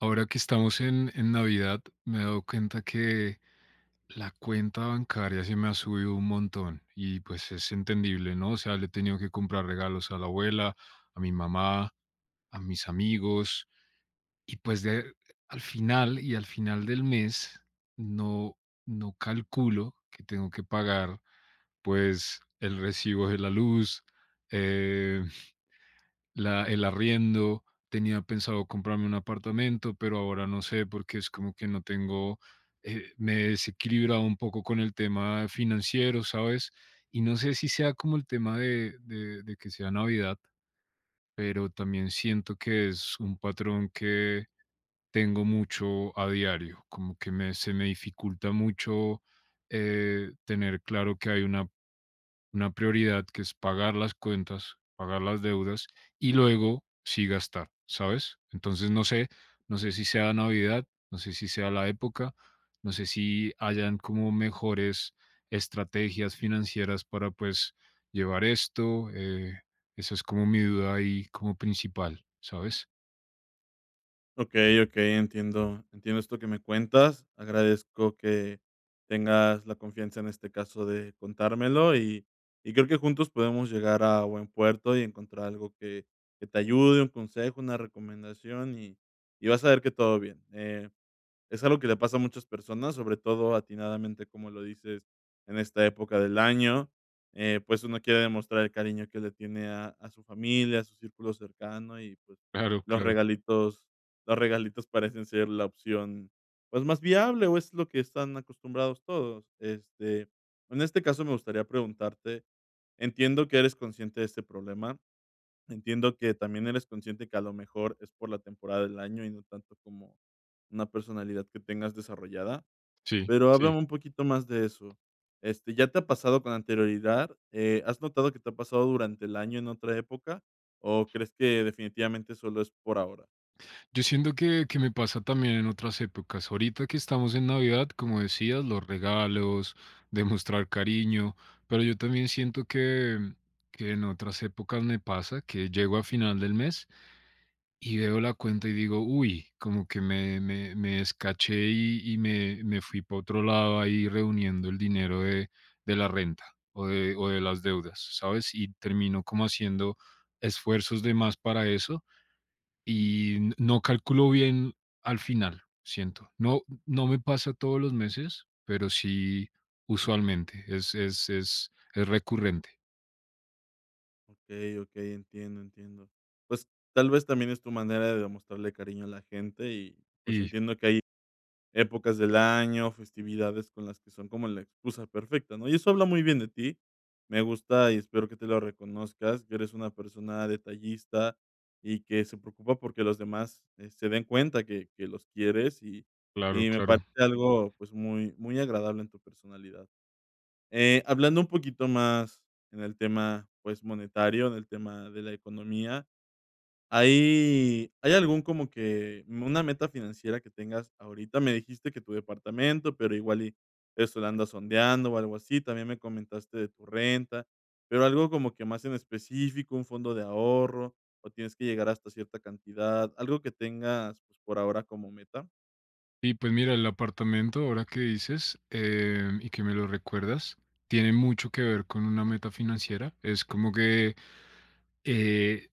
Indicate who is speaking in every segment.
Speaker 1: Ahora que estamos en Navidad, me he dado cuenta que la cuenta bancaria se me ha subido un montón, y pues es entendible, ¿no? O sea, le he tenido que comprar regalos a la abuela, a mi mamá, a mis amigos y al final al final del mes no, no calculo que tengo que pagar pues el recibo de la luz, eh, la el arriendo. Tenía pensado comprarme un apartamento, pero ahora no sé, porque es como que no tengo, me he desequilibrado un poco con el tema financiero, ¿sabes? Y no sé si sea como el tema de de que sea Navidad, pero también siento que es un patrón que tengo mucho a diario, como que me se me dificulta mucho, tener claro que hay una prioridad que es pagar las cuentas, pagar las deudas y luego sí gastar, ¿sabes? Entonces no sé, no sé si sea Navidad, no sé si sea la época, no sé si hayan como mejores estrategias financieras para pues llevar esto. Esa es como mi duda ahí como principal, ¿sabes?
Speaker 2: Okey, okey, entiendo esto que me cuentas. Agradezco que tengas la confianza en este caso de contármelo y creo que juntos podemos llegar a buen puerto y encontrar algo que te ayude, un consejo, una recomendación y vas a ver que todo bien. Es algo que le pasa a muchas personas, sobre todo atinadamente, como lo dices, en esta época del año. Pues uno quiere demostrar el cariño que le tiene a su familia, a su círculo cercano y pues
Speaker 1: Claro,
Speaker 2: los
Speaker 1: claro.
Speaker 2: regalitos, los regalitos parecen ser la opción pues más viable o es lo que están acostumbrados todos. Este, en este caso me gustaría preguntarte, entiendo que eres consciente de este problema, entiendo que también eres consciente que a lo mejor es por la temporada del año y no tanto como una personalidad que tengas desarrollada,
Speaker 1: Sí,
Speaker 2: pero
Speaker 1: sí.
Speaker 2: háblame un poquito más de eso. Este, ¿ya te ha pasado con anterioridad? ¿Has notado que te ha pasado durante el año en otra época? ¿O crees que definitivamente solo es por ahora?
Speaker 1: Yo siento que me pasa también en otras épocas. Ahorita que estamos en Navidad, como decías, los regalos, demostrar cariño, pero yo también siento que en otras épocas me pasa que llego a final del mes y veo la cuenta y digo, uy, como que me escaché y, me fui para otro lado ahí reuniendo el dinero de la renta o de las deudas, ¿sabes? Y termino como haciendo esfuerzos de más para eso y no calculo bien al final, siento. No me pasa todos los meses, pero sí usualmente, es recurrente.
Speaker 2: Ok, ok, entiendo, Pues tal vez también es tu manera de demostrarle cariño a la gente y pues
Speaker 1: Y
Speaker 2: entiendo que hay épocas del año, festividades con las que son como la excusa perfecta, ¿no? Y eso habla muy bien de ti. Me gusta y espero que te lo reconozcas, que eres una persona detallista y que se preocupa porque los demás, se den cuenta que los quieres
Speaker 1: claro,
Speaker 2: y me
Speaker 1: claro.
Speaker 2: parece algo, pues, muy muy agradable en tu personalidad. Hablando un poquito más en el tema, pues, monetario, en el tema de la economía, ¿hay algún como que una meta financiera que tengas ahorita? Me dijiste que tu departamento, pero igual y eso la andas sondeando o algo así. También me comentaste de tu renta, pero algo como que más en específico, un fondo de ahorro, o tienes que llegar hasta cierta cantidad, algo que tengas, pues, por ahora como meta.
Speaker 1: Y pues mira, el apartamento, ahora que dices, y que me lo recuerdas, tiene mucho que ver con una meta financiera. Es como que, eh,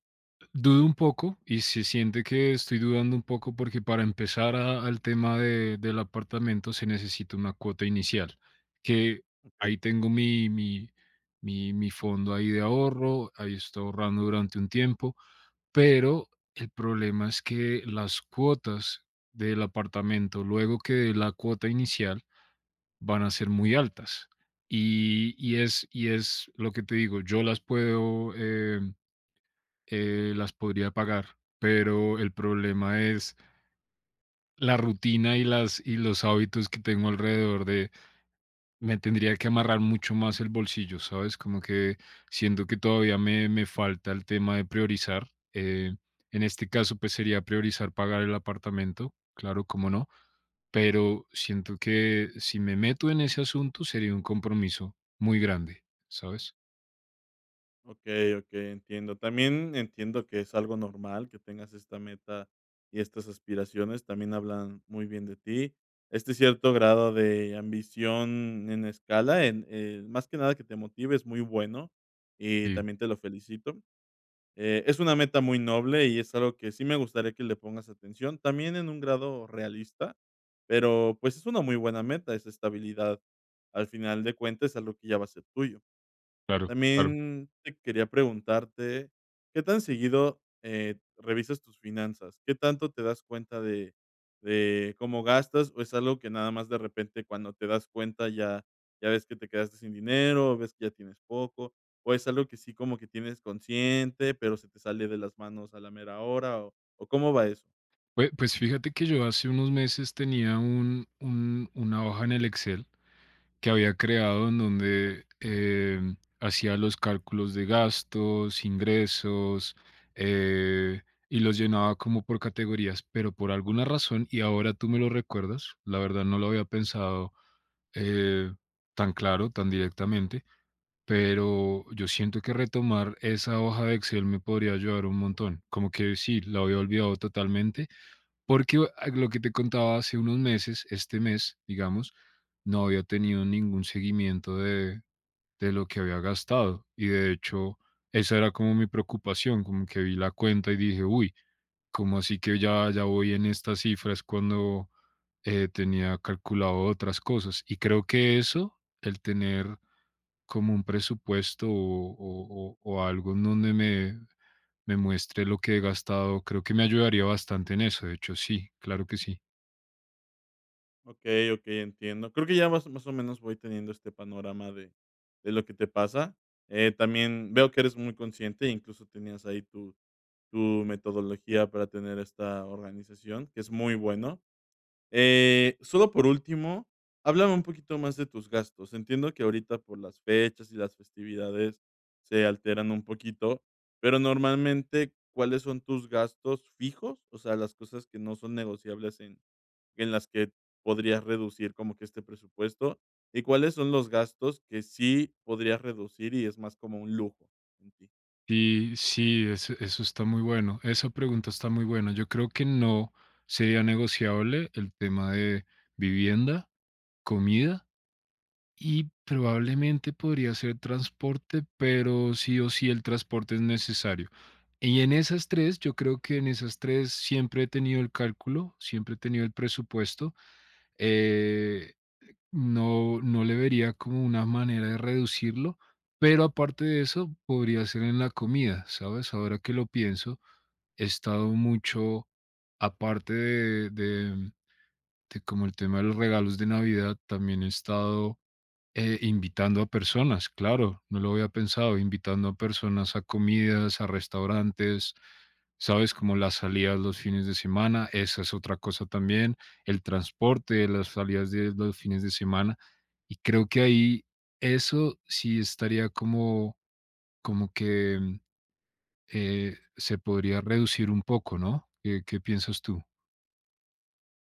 Speaker 1: dudo un poco y se siente que estoy dudando un poco, porque para empezar al tema del apartamento se necesita una cuota inicial, que
Speaker 2: Ok.
Speaker 1: ahí tengo mi fondo ahí de ahorro, ahí estoy ahorrando durante un tiempo, pero el problema es que las cuotas del apartamento, luego que de la cuota inicial, van a ser muy altas. Y es lo que te digo, yo las puedo... las podría pagar, pero el problema es la rutina y las y los hábitos que tengo alrededor de. Me tendría que amarrar mucho más el bolsillo, ¿sabes? Como que siento que todavía me falta el tema de priorizar. eh, en este caso, pues sería priorizar pagar el apartamento, claro, cómo no, pero siento que si me meto en ese asunto sería un compromiso muy grande, ¿sabes?
Speaker 2: Okey, okey, entiendo. También entiendo que es algo normal que tengas esta meta y estas aspiraciones, también hablan muy bien de ti. Este cierto grado de ambición en escala, en, más que nada que te motive, es muy bueno y
Speaker 1: Sí,
Speaker 2: también te lo felicito. Es una meta muy noble y es algo que sí me gustaría que le pongas atención, también en un grado realista, pero, pues, es una muy buena meta, esa estabilidad, al final de cuentas, es algo que ya va a ser tuyo.
Speaker 1: claro, claro.
Speaker 2: También te quería preguntarte, ¿qué tan seguido, revisas tus finanzas? ¿Qué tanto te das cuenta de cómo gastas, o es algo que nada más de repente cuando te das cuenta ya ves que te quedaste sin dinero, ves que ya tienes poco, o es algo que sí como que tienes consciente, pero se te sale de las manos a la mera hora, o cómo va eso?
Speaker 1: Pues fíjate que yo hace unos meses tenía una hoja en el Excel que había creado, en donde hacía los cálculos de gastos, ingresos, eh, y los llenaba como por categorías, pero por alguna razón, y ahora tú me lo recuerdas, la verdad no lo había pensado eh, tan claro, tan directamente, pero yo siento que retomar esa hoja de Excel me podría ayudar un montón, como que sí, la había olvidado totalmente, porque a lo que te contaba hace unos meses, este mes, digamos, no había tenido ningún seguimiento de lo que había gastado. Y de hecho, esa era como mi preocupación, como que vi la cuenta y dije, uy, como así que ya, ya voy en estas cifras cuando tenía calculado otras cosas. Y creo que eso, el tener como un presupuesto o algo en donde me muestre lo que he gastado, creo que me ayudaría bastante en eso. De hecho, sí, claro que sí.
Speaker 2: Ok, ok, entiendo. Creo que ya más o menos voy teniendo este panorama de lo que te pasa. También veo que eres muy consciente, incluso tenías ahí tu metodología para tener esta organización, que es muy bueno. Solo por último, háblame un poquito más de tus gastos. Entiendo que ahorita por las fechas y las festividades se alteran un poquito, pero normalmente, ¿cuáles son tus gastos fijos? O sea, las cosas que no son negociables en las que podrías reducir como que este presupuesto? ¿Y cuáles son los gastos que sí podrías reducir y es más como un lujo en ti?
Speaker 1: Sí, sí, eso está muy bueno. Esa pregunta está muy buena. Yo creo que no sería negociable el tema de vivienda, comida y probablemente podría ser transporte, pero sí o sí el transporte es necesario. Y en esas tres, yo creo que en esas 3 siempre he tenido el cálculo, siempre he tenido el presupuesto. Eh, no le vería como una manera de reducirlo, pero aparte de eso, podría ser en la comida, ¿sabes? Ahora que lo pienso, he estado mucho, aparte de como el tema de los regalos de Navidad, también he estado invitando a personas, claro, no lo había pensado, invitando a personas a comidas, a restaurantes, ¿sabes? Como las salidas los fines de semana, esa es otra cosa también, el transporte, las salidas de los fines de semana, y creo que ahí eso sí estaría como, como que se podría reducir un poco, ¿no? ¿Qué, qué piensas tú?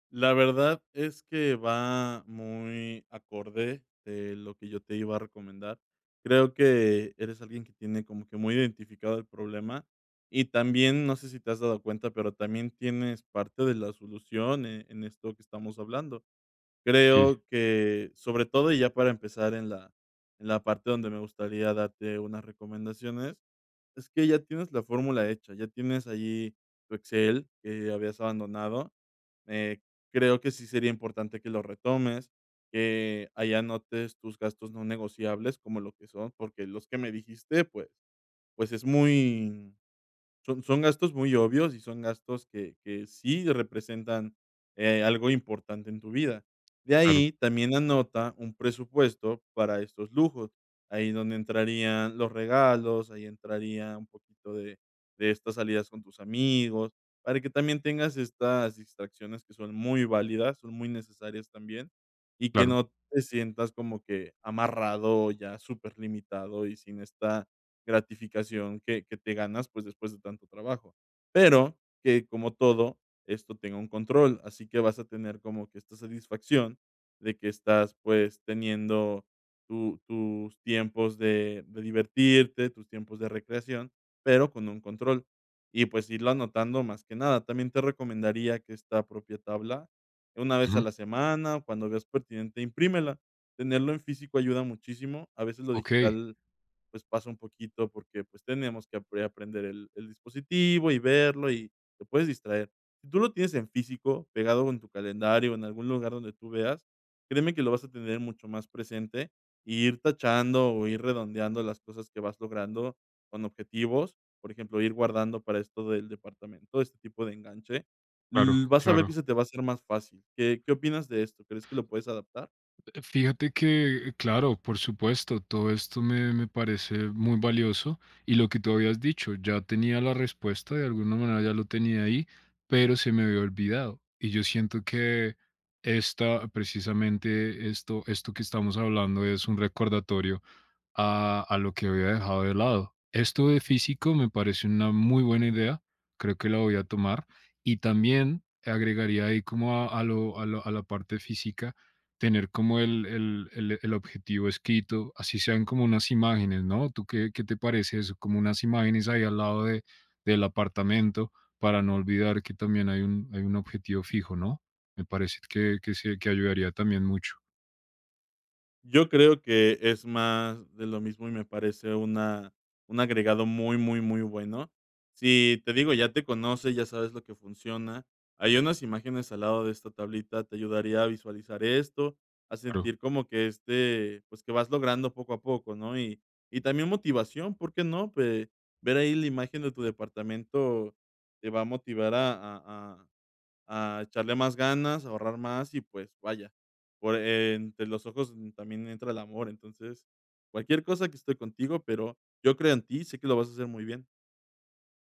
Speaker 2: La verdad es que va muy acorde de lo que yo te iba a recomendar. Creo que eres alguien que tiene como que muy identificado el problema y también, no sé si te has dado cuenta, pero también tienes parte de la solución en esto que estamos hablando.
Speaker 1: Sí,
Speaker 2: Creo que, sobre todo, y ya para empezar en la parte donde me gustaría darte unas recomendaciones, es que ya tienes la fórmula hecha, ya tienes allí tu Excel que habías abandonado. Eh, Creo que sí sería importante que lo retomes, que allá anotes tus gastos no negociables como lo que son, porque los que me dijiste, pues es muy son gastos muy obvios y son gastos que sí representan, algo importante en tu vida. De
Speaker 1: claro,
Speaker 2: ahí, también anota un presupuesto para estos lujos, ahí donde entrarían los regalos, ahí entraría un poquito de estas salidas con tus amigos, para que también tengas estas distracciones que son muy válidas, son muy necesarias también, y que
Speaker 1: claro.
Speaker 2: no te sientas como que amarrado, ya súper limitado y sin esta gratificación que te ganas, pues, después de tanto trabajo. Pero que, como todo, esto tenga un control, así que vas a tener como que esta satisfacción de que estás, pues, teniendo tu tus tiempos de divertirte, tus tiempos de recreación, pero con un control. Y, pues, irlo anotando más que nada. También te recomendaría que esta propia tabla, una vez a
Speaker 1: Ujú.
Speaker 2: la semana, cuando veas pertinente, imprímela. Tenerlo en físico ayuda muchísimo. A veces lo
Speaker 1: Ok.
Speaker 2: digital pues pasa un poquito porque pues tenemos que aprender el dispositivo y verlo y te puedes distraer. Si tú lo tienes en físico, pegado en tu calendario en algún lugar donde tú veas, créeme que lo vas a tener mucho más presente y ir tachando o ir redondeando las cosas que vas logrando con objetivos. Por ejemplo, ir guardando para esto del departamento, este tipo de enganche,
Speaker 1: Claro,
Speaker 2: l vas a ver que
Speaker 1: claro.
Speaker 2: se te va a hacer más fácil. ¿Qué opinas de esto? ¿Crees que lo puedes adaptar?
Speaker 1: Fíjate que, claro, por supuesto, todo esto me parece muy valioso, y lo que tú habías dicho, ya tenía la respuesta, de alguna manera ya lo tenía ahí, pero se me había olvidado. Y yo siento que esta, precisamente esto, esto que estamos hablando es un recordatorio a lo que había dejado de lado. Esto de físico me parece una muy buena idea, creo que la voy a tomar, y también agregaría ahí como a la parte física, tener como el objetivo escrito, así sean como unas imágenes, ¿no? ¿Tú qué, qué te parece eso? Como unas imágenes ahí al lado de, del apartamento, para no olvidar que también hay un objetivo fijo, ¿no? Me parece que, se, que ayudaría también mucho.
Speaker 2: Yo creo que es más de lo mismo y me parece una un agregado muy, muy, muy bueno. Si, te digo, ya te conoce, ya sabes lo que funciona, hay unas imágenes al lado de esta tablita, te ayudaría a visualizar esto, a
Speaker 1: Claro.
Speaker 2: sentir como que este, pues, que vas logrando poco a poco, ¿no? Y también motivación, ¿por qué no? Pe ver ahí la imagen de tu departamento te va a motivar a a echarle más ganas, ahorrar más y, pues, vaya, por entre los ojos mm, también entra el amor. Entonces, cualquier cosa, que estoy contigo, pero yo creo en ti, sé que lo vas a hacer muy bien.